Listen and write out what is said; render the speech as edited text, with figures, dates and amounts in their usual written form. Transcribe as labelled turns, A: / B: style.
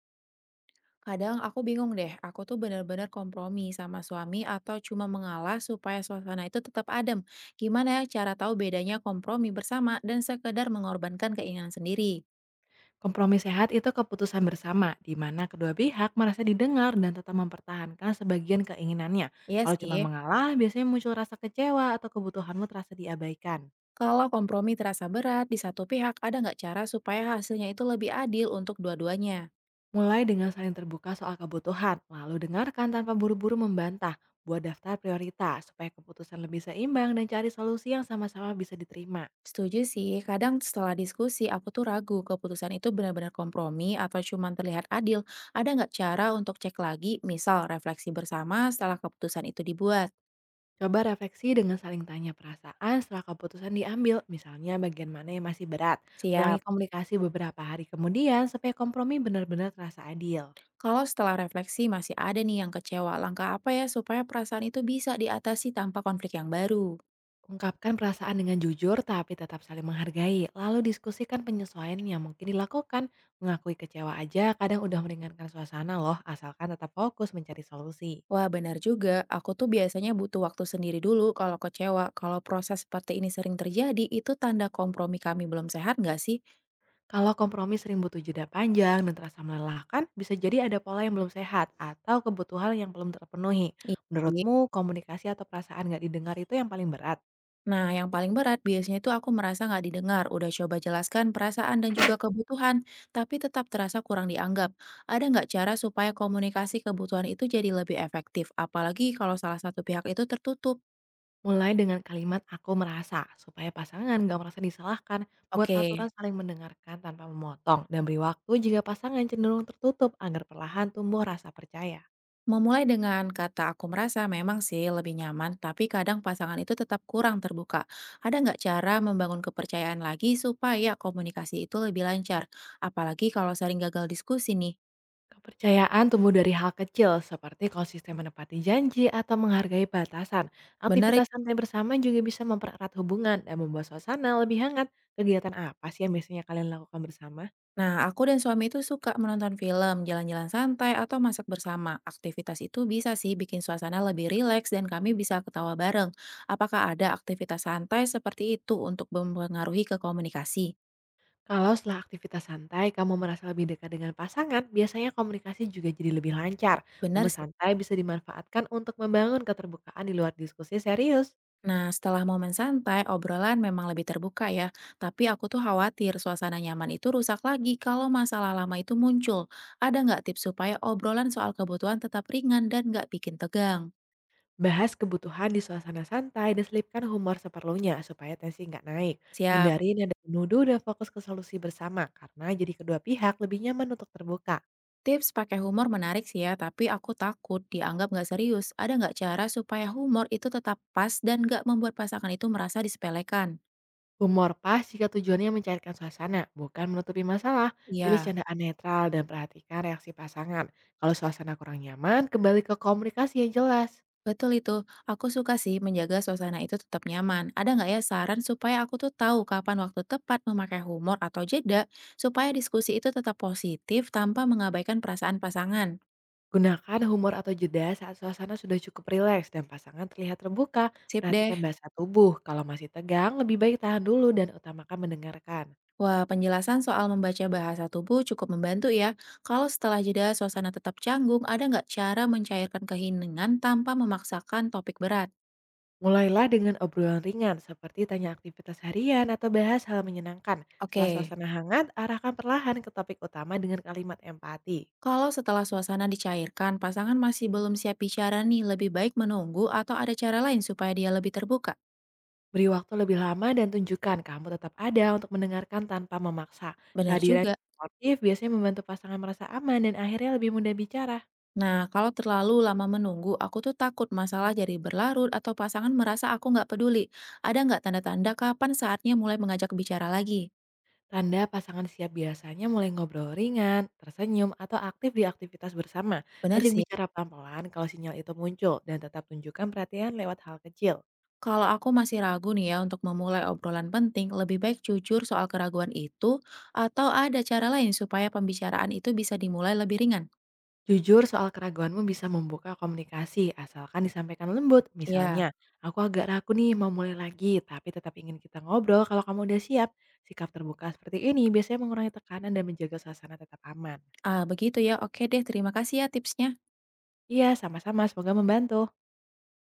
A: Kadang aku bingung deh, aku tuh bener-bener kompromi sama suami atau cuma mengalah supaya suasana itu tetap adem. Gimana ya cara tahu bedanya kompromi bersama dan sekedar mengorbankan keinginan sendiri?
B: Kompromi sehat itu keputusan bersama, di mana kedua pihak merasa didengar dan tetap mempertahankan sebagian keinginannya.
A: Iya
B: Kalau cuma
A: sih,
B: mengalah, biasanya muncul rasa kecewa atau kebutuhanmu terasa diabaikan.
A: kalau kompromi terasa berat di satu pihak, ada nggak cara supaya hasilnya itu lebih adil untuk dua-duanya?
B: Mulai dengan saling terbuka soal kebutuhan, lalu dengarkan tanpa buru-buru membantah. Buat daftar prioritas supaya keputusan lebih seimbang dan cari solusi yang sama-sama bisa diterima.
A: Setuju sih, kadang setelah diskusi aku tuh ragu keputusan itu benar-benar kompromi atau cuma terlihat adil. Ada nggak cara untuk cek lagi, misal refleksi bersama setelah keputusan itu dibuat?
B: Coba refleksi dengan saling tanya perasaan setelah keputusan diambil, misalnya bagian mana yang masih berat. Ulangi
A: Siap.
B: komunikasi beberapa hari kemudian supaya kompromi benar-benar terasa adil.
A: Kalau setelah refleksi masih ada nih yang kecewa, langkah apa ya supaya perasaan itu bisa diatasi tanpa konflik yang baru?
B: Ungkapkan perasaan dengan jujur tapi tetap saling menghargai, lalu diskusikan penyesuaian yang mungkin dilakukan. Mengakui kecewa aja kadang udah meringankan suasana loh, asalkan tetap fokus mencari solusi.
A: Wah benar juga, aku tuh biasanya butuh waktu sendiri dulu kalau kecewa. Kalau proses seperti ini sering terjadi, itu tanda kompromi kami belum sehat nggak sih?
B: Kalau kompromi sering butuh jeda panjang dan terasa melelahkan, bisa jadi ada pola yang belum sehat atau kebutuhan yang belum terpenuhi.
A: Iya. Sih.
B: Menurutmu, komunikasi atau perasaan nggak didengar itu yang paling berat?
A: Nah, yang paling berat biasanya itu aku merasa nggak didengar. Udah coba jelaskan perasaan dan juga kebutuhan, tapi tetap terasa kurang dianggap. Ada nggak cara supaya komunikasi kebutuhan itu jadi lebih efektif? Apalagi kalau salah satu pihak itu tertutup.
B: Mulai dengan kalimat aku merasa, supaya pasangan nggak merasa disalahkan. Buat
A: Oke.
B: aturan saling mendengarkan tanpa memotong dan beri waktu jika pasangan cenderung tertutup agar perlahan tumbuh rasa percaya.
A: Memulai dengan kata aku merasa memang sih lebih nyaman, tapi kadang pasangan itu tetap kurang terbuka. Ada nggak cara membangun kepercayaan lagi supaya komunikasi itu lebih lancar? Apalagi kalau sering gagal diskusi nih.
B: Kepercayaan tumbuh dari hal kecil seperti konsisten menepati janji atau menghargai batasan.
A: Benar. Ya?
B: Aktivitas santai bersama juga bisa mempererat hubungan dan membuat suasana lebih hangat. Kegiatan apa sih yang biasanya kalian lakukan bersama?
A: Nah, aku dan suami itu suka menonton film, jalan-jalan santai, atau masak bersama. Aktivitas itu bisa sih bikin suasana lebih rileks dan kami bisa ketawa bareng. Apakah ada aktivitas santai seperti itu untuk mempengaruhi ke komunikasi?
B: Kalau setelah aktivitas santai, kamu merasa lebih dekat dengan pasangan, biasanya komunikasi juga jadi lebih lancar.
A: Benar
B: Momen
A: sih.
B: santai bisa dimanfaatkan untuk membangun keterbukaan di luar diskusi serius.
A: Nah, setelah momen santai, obrolan memang lebih terbuka ya. Tapi aku tuh khawatir suasana nyaman itu rusak lagi kalau masalah lama itu muncul. Ada nggak tips supaya obrolan soal kebutuhan tetap ringan dan nggak bikin tegang?
B: Bahas kebutuhan di suasana santai dan selipkan humor seperlunya supaya tensi nggak naik.
A: Siap.
B: Hindari nada menuduh dan fokus ke solusi bersama karena jadi kedua pihak lebih nyaman untuk terbuka.
A: Tips pakai humor menarik sih ya, tapi aku takut dianggap nggak serius. Ada nggak cara supaya humor itu tetap pas dan nggak membuat pasangan itu merasa disepelekan?
B: Humor pas jika tujuannya mencairkan suasana, bukan menutupi masalah. Pilih
A: Iya.
B: candaan netral dan perhatikan reaksi pasangan. Kalau suasana kurang nyaman, kembali ke komunikasi yang jelas.
A: Betul itu. Aku suka sih menjaga suasana itu tetap nyaman. Ada nggak ya saran supaya aku tuh tahu kapan waktu tepat memakai humor atau jeda supaya diskusi itu tetap positif tanpa mengabaikan perasaan pasangan?
B: Gunakan humor atau jeda saat suasana sudah cukup rileks dan pasangan terlihat terbuka.
A: Sip deh.
B: Perhatikan bahasa tubuh. Kalau masih tegang, lebih baik tahan dulu dan utamakan mendengarkan.
A: Wah, penjelasan soal membaca bahasa tubuh cukup membantu ya. Kalau setelah jeda suasana tetap canggung, ada nggak cara mencairkan keheningan tanpa memaksakan topik berat?
B: Mulailah dengan obrolan ringan seperti tanya aktivitas harian atau bahas hal menyenangkan. Setelah
A: Oke,
B: suasana hangat, arahkan perlahan ke topik utama dengan kalimat empati.
A: kalau setelah suasana dicairkan, pasangan masih belum siap bicara nih, lebih baik menunggu atau ada cara lain supaya dia lebih terbuka?
B: Beri waktu lebih lama dan tunjukkan kamu tetap ada untuk mendengarkan tanpa memaksa.
A: Benar
B: Kehadiran
A: juga.
B: sportif biasanya membantu pasangan merasa aman dan akhirnya lebih mudah bicara.
A: Nah, kalau terlalu lama menunggu, aku tuh takut masalah jadi berlarut atau pasangan merasa aku nggak peduli. Ada nggak tanda-tanda kapan saatnya mulai mengajak bicara lagi?
B: Tanda pasangan siap biasanya mulai ngobrol ringan, tersenyum, atau aktif di aktivitas bersama.
A: Benar
B: Ajak
A: sih.
B: bicara pelan-pelan kalau sinyal itu muncul dan tetap tunjukkan perhatian lewat hal kecil.
A: Kalau aku masih ragu nih ya untuk memulai obrolan penting, lebih baik jujur soal keraguan itu atau ada cara lain supaya pembicaraan itu bisa dimulai lebih ringan?
B: Jujur soal keraguanmu bisa membuka komunikasi asalkan disampaikan lembut.
A: Ya,
B: Misalnya, aku agak ragu nih mau mulai lagi, tapi tetap ingin kita ngobrol kalau kamu udah siap. Sikap terbuka seperti ini biasanya mengurangi tekanan dan menjaga suasana tetap aman.
A: ah, begitu ya. Oke deh, terima kasih ya tipsnya.
B: Iya, sama-sama, semoga membantu.